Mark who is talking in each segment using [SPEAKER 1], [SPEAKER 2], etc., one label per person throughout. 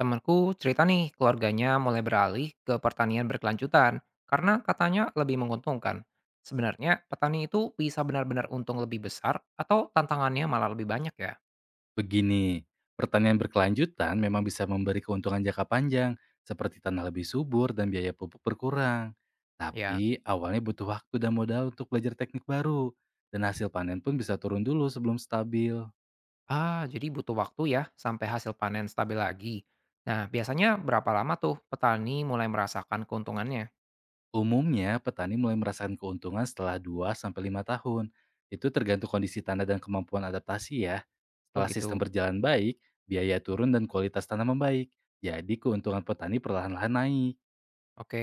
[SPEAKER 1] Temanku cerita nih, keluarganya mulai beralih ke pertanian berkelanjutan karena katanya lebih menguntungkan. Sebenarnya petani itu bisa benar-benar untung lebih besar atau tantangannya malah lebih banyak ya?
[SPEAKER 2] Begini, pertanian berkelanjutan memang bisa memberi keuntungan jangka panjang, seperti tanah lebih subur dan biaya pupuk berkurang.
[SPEAKER 1] Ya,
[SPEAKER 2] Tapi awalnya butuh waktu dan modal untuk belajar teknik baru, dan hasil panen pun bisa turun dulu sebelum stabil.
[SPEAKER 1] ah jadi butuh waktu ya sampai hasil panen stabil lagi. Nah, biasanya berapa lama tuh petani mulai merasakan keuntungannya?
[SPEAKER 2] Umumnya, petani mulai merasakan keuntungan setelah 2 sampai 5 tahun. Itu tergantung kondisi tanah dan kemampuan adaptasi ya.
[SPEAKER 1] Oh
[SPEAKER 2] Setelah sistem
[SPEAKER 1] gitu.
[SPEAKER 2] berjalan baik, biaya turun dan kualitas tanah membaik. Jadi keuntungan petani perlahan-lahan naik.
[SPEAKER 1] Oke,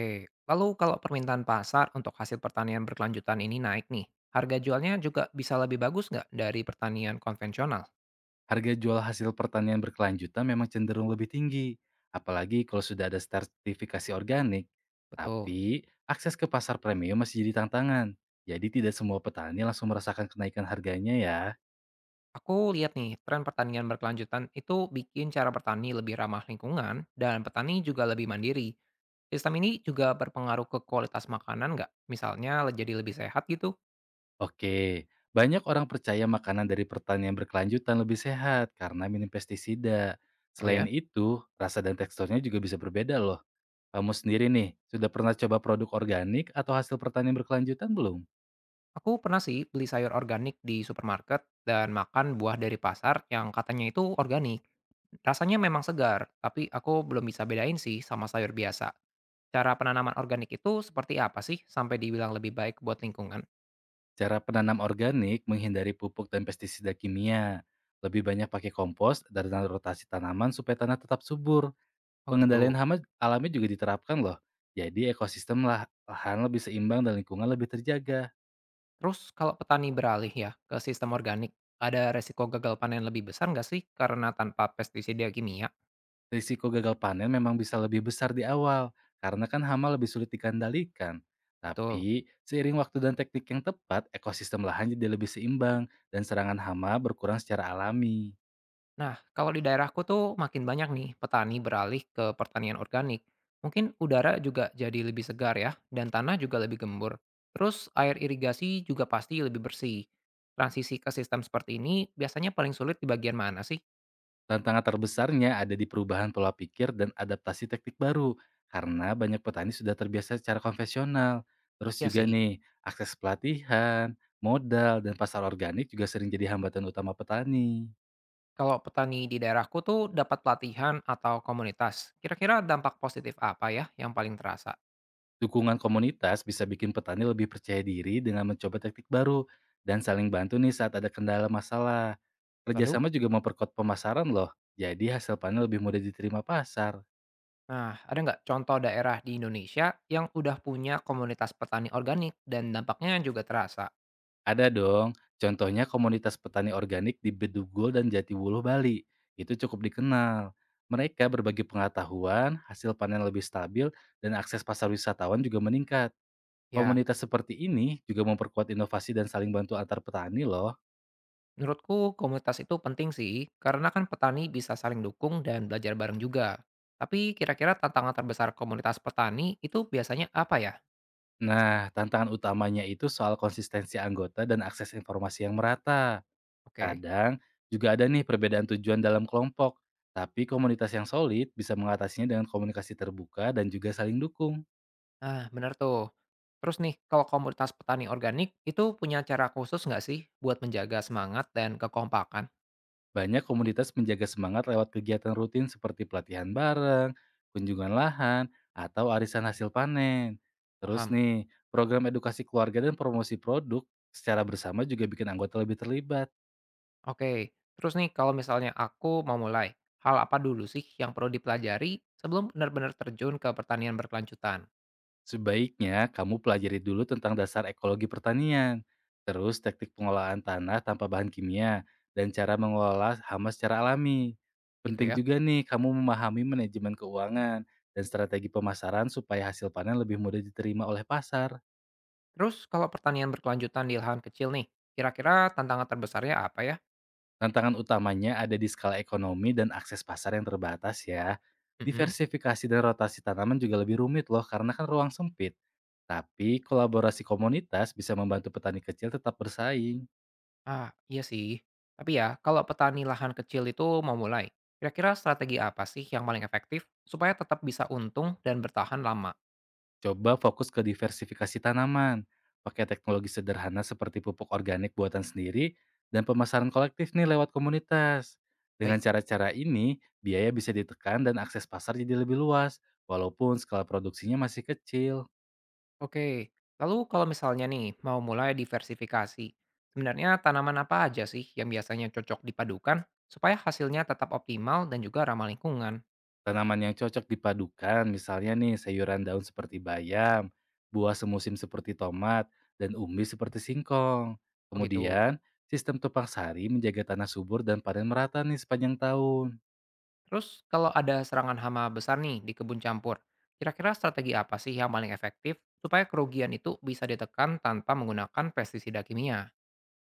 [SPEAKER 1] lalu kalau permintaan pasar untuk hasil pertanian berkelanjutan ini naik nih, harga jualnya juga bisa lebih bagus nggak dari pertanian konvensional?
[SPEAKER 2] Harga jual hasil pertanian berkelanjutan memang cenderung lebih tinggi, apalagi kalau sudah ada sertifikasi organik.
[SPEAKER 1] Betul.
[SPEAKER 2] Tapi, akses ke pasar premium masih jadi tantangan. Jadi tidak semua petani langsung merasakan kenaikan harganya ya.
[SPEAKER 1] Aku lihat nih, tren pertanian berkelanjutan itu bikin cara bertani lebih ramah lingkungan dan petani juga lebih mandiri. Sistem ini juga berpengaruh ke kualitas makanan nggak? Misalnya jadi lebih sehat gitu.
[SPEAKER 2] Oke, banyak orang percaya makanan dari pertanian berkelanjutan lebih sehat karena minim pestisida.
[SPEAKER 1] Oh
[SPEAKER 2] Selain
[SPEAKER 1] ya?
[SPEAKER 2] itu, rasa dan teksturnya juga bisa berbeda loh. Kamu sendiri nih, sudah pernah coba produk organik atau hasil pertanian berkelanjutan belum?
[SPEAKER 1] Aku pernah sih beli sayur organik di supermarket dan makan buah dari pasar yang katanya itu organik. Rasanya memang segar, tapi aku belum bisa bedain sih sama sayur biasa. Cara penanaman organik itu seperti apa sih sampai dibilang lebih baik buat lingkungan?
[SPEAKER 2] Cara penanam organik menghindari pupuk dan pestisida kimia. Lebih banyak pakai kompos dan rotasi tanaman supaya tanah tetap subur.
[SPEAKER 1] Oh
[SPEAKER 2] Pengendalian
[SPEAKER 1] gitu.
[SPEAKER 2] hama alami juga diterapkan loh. Jadi ekosistem lahan lebih seimbang dan lingkungan lebih terjaga.
[SPEAKER 1] Terus kalau petani beralih ya ke sistem organik, ada resiko gagal panen lebih besar nggak sih karena tanpa pestisida kimia?
[SPEAKER 2] Risiko gagal panen memang bisa lebih besar di awal karena kan hama lebih sulit dikendalikan.
[SPEAKER 1] Betul.
[SPEAKER 2] Tapi seiring waktu dan teknik yang tepat, ekosistem lahan jadi lebih seimbang dan serangan hama berkurang secara alami.
[SPEAKER 1] Nah, kalau di daerahku tuh makin banyak nih petani beralih ke pertanian organik. Mungkin udara juga jadi lebih segar ya, dan tanah juga lebih gembur. Terus air irigasi juga pasti lebih bersih. Transisi ke sistem seperti ini biasanya paling sulit di bagian mana sih?
[SPEAKER 2] Tantangan terbesarnya ada di perubahan pola pikir dan adaptasi teknik baru, karena banyak petani sudah terbiasa secara konvensional. Terus
[SPEAKER 1] Ya
[SPEAKER 2] juga
[SPEAKER 1] sih,
[SPEAKER 2] nih, akses pelatihan, modal, dan pasar organik juga sering jadi hambatan utama petani.
[SPEAKER 1] kalau petani di daerahku tuh dapat pelatihan atau komunitas, kira-kira dampak positif apa ya yang paling terasa?
[SPEAKER 2] Dukungan komunitas bisa bikin petani lebih percaya diri dengan mencoba teknik baru dan saling bantu nih saat ada kendala masalah.
[SPEAKER 1] Lalu?
[SPEAKER 2] Kerjasama juga memperkuat pemasaran loh, jadi hasil panen lebih mudah diterima pasar.
[SPEAKER 1] Nah, ada nggak contoh daerah di Indonesia yang udah punya komunitas petani organik dan dampaknya juga terasa?
[SPEAKER 2] Ada dong, contohnya komunitas petani organik di Bedugul dan Jatiwuluh, Bali. Itu cukup dikenal. Mereka berbagi pengetahuan, hasil panen lebih stabil, dan akses pasar wisatawan juga meningkat.
[SPEAKER 1] Ya,
[SPEAKER 2] Komunitas seperti ini juga memperkuat inovasi dan saling bantu antar petani loh.
[SPEAKER 1] menurutku komunitas itu penting sih, karena kan petani bisa saling dukung dan belajar bareng juga. Tapi kira-kira tantangan terbesar komunitas petani itu biasanya apa ya?
[SPEAKER 2] Nah, tantangan utamanya itu soal konsistensi anggota dan akses informasi yang merata.
[SPEAKER 1] Oke.
[SPEAKER 2] Kadang juga ada nih perbedaan tujuan dalam kelompok, tapi komunitas yang solid bisa mengatasinya dengan komunikasi terbuka dan juga saling dukung.
[SPEAKER 1] Nah, benar tuh. Terus nih, kalau komunitas petani organik itu punya cara khusus nggak sih buat menjaga semangat dan kekompakan?
[SPEAKER 2] Banyak komunitas menjaga semangat lewat kegiatan rutin seperti pelatihan bareng, kunjungan lahan, atau arisan hasil panen. Terus
[SPEAKER 1] Paham?
[SPEAKER 2] nih, program edukasi keluarga dan promosi produk secara bersama juga bikin anggota lebih terlibat.
[SPEAKER 1] Oke, terus nih kalau misalnya aku mau mulai, hal apa dulu sih yang perlu dipelajari sebelum benar-benar terjun ke pertanian berkelanjutan,
[SPEAKER 2] Sebaiknya kamu pelajari dulu tentang dasar ekologi pertanian, terus teknik pengolahan tanah tanpa bahan kimia, dan cara mengelola hama secara alami.
[SPEAKER 1] gitu
[SPEAKER 2] Penting
[SPEAKER 1] ya?
[SPEAKER 2] juga nih kamu memahami manajemen keuangan dan strategi pemasaran supaya hasil panen lebih mudah diterima oleh pasar.
[SPEAKER 1] Terus kalau pertanian berkelanjutan di lahan kecil nih, kira-kira tantangan terbesarnya apa ya?
[SPEAKER 2] Tantangan utamanya ada di skala ekonomi dan akses pasar yang terbatas ya.
[SPEAKER 1] Mm-mm.
[SPEAKER 2] Diversifikasi dan rotasi tanaman juga lebih rumit loh karena kan ruang sempit. Tapi kolaborasi komunitas bisa membantu petani kecil tetap bersaing.
[SPEAKER 1] Ah, iya sih. Tapi ya, kalau petani lahan kecil itu mau mulai, kira-kira strategi apa sih yang paling efektif supaya tetap bisa untung dan bertahan lama?
[SPEAKER 2] Coba fokus ke diversifikasi tanaman, pakai teknologi sederhana seperti pupuk organik buatan sendiri dan pemasaran kolektif nih lewat komunitas. Dengan
[SPEAKER 1] Baik.
[SPEAKER 2] cara-cara ini, biaya bisa ditekan dan akses pasar jadi lebih luas, walaupun skala produksinya masih kecil.
[SPEAKER 1] Oke, lalu kalau misalnya nih mau mulai diversifikasi, sebenarnya tanaman apa aja sih yang biasanya cocok dipadukan supaya hasilnya tetap optimal dan juga ramah lingkungan?
[SPEAKER 2] Tanaman yang cocok dipadukan, misalnya nih sayuran daun seperti bayam, buah semusim seperti tomat, dan umbi seperti singkong.
[SPEAKER 1] Oh gitu.
[SPEAKER 2] Kemudian, sistem tupang sari menjaga tanah subur dan panen merata nih sepanjang tahun.
[SPEAKER 1] Terus kalau ada serangan hama besar nih di kebun campur, kira-kira strategi apa sih yang paling efektif supaya kerugian itu bisa ditekan tanpa menggunakan pestisida kimia?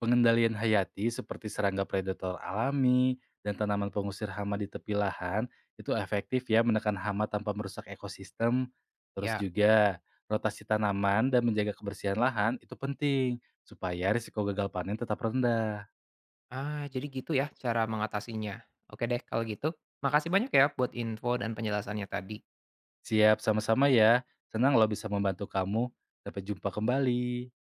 [SPEAKER 2] Pengendalian hayati seperti serangga predator alami dan tanaman pengusir hama di tepi lahan itu efektif ya menekan hama tanpa merusak ekosistem. Terus
[SPEAKER 1] Ya,
[SPEAKER 2] juga rotasi tanaman dan menjaga kebersihan lahan itu penting supaya risiko gagal panen tetap rendah.
[SPEAKER 1] ah jadi gitu ya cara mengatasinya. Oke deh kalau gitu, makasih banyak ya buat info dan penjelasannya tadi.
[SPEAKER 2] Siap, sama-sama ya. Senang lo bisa membantu kamu. Sampai jumpa kembali.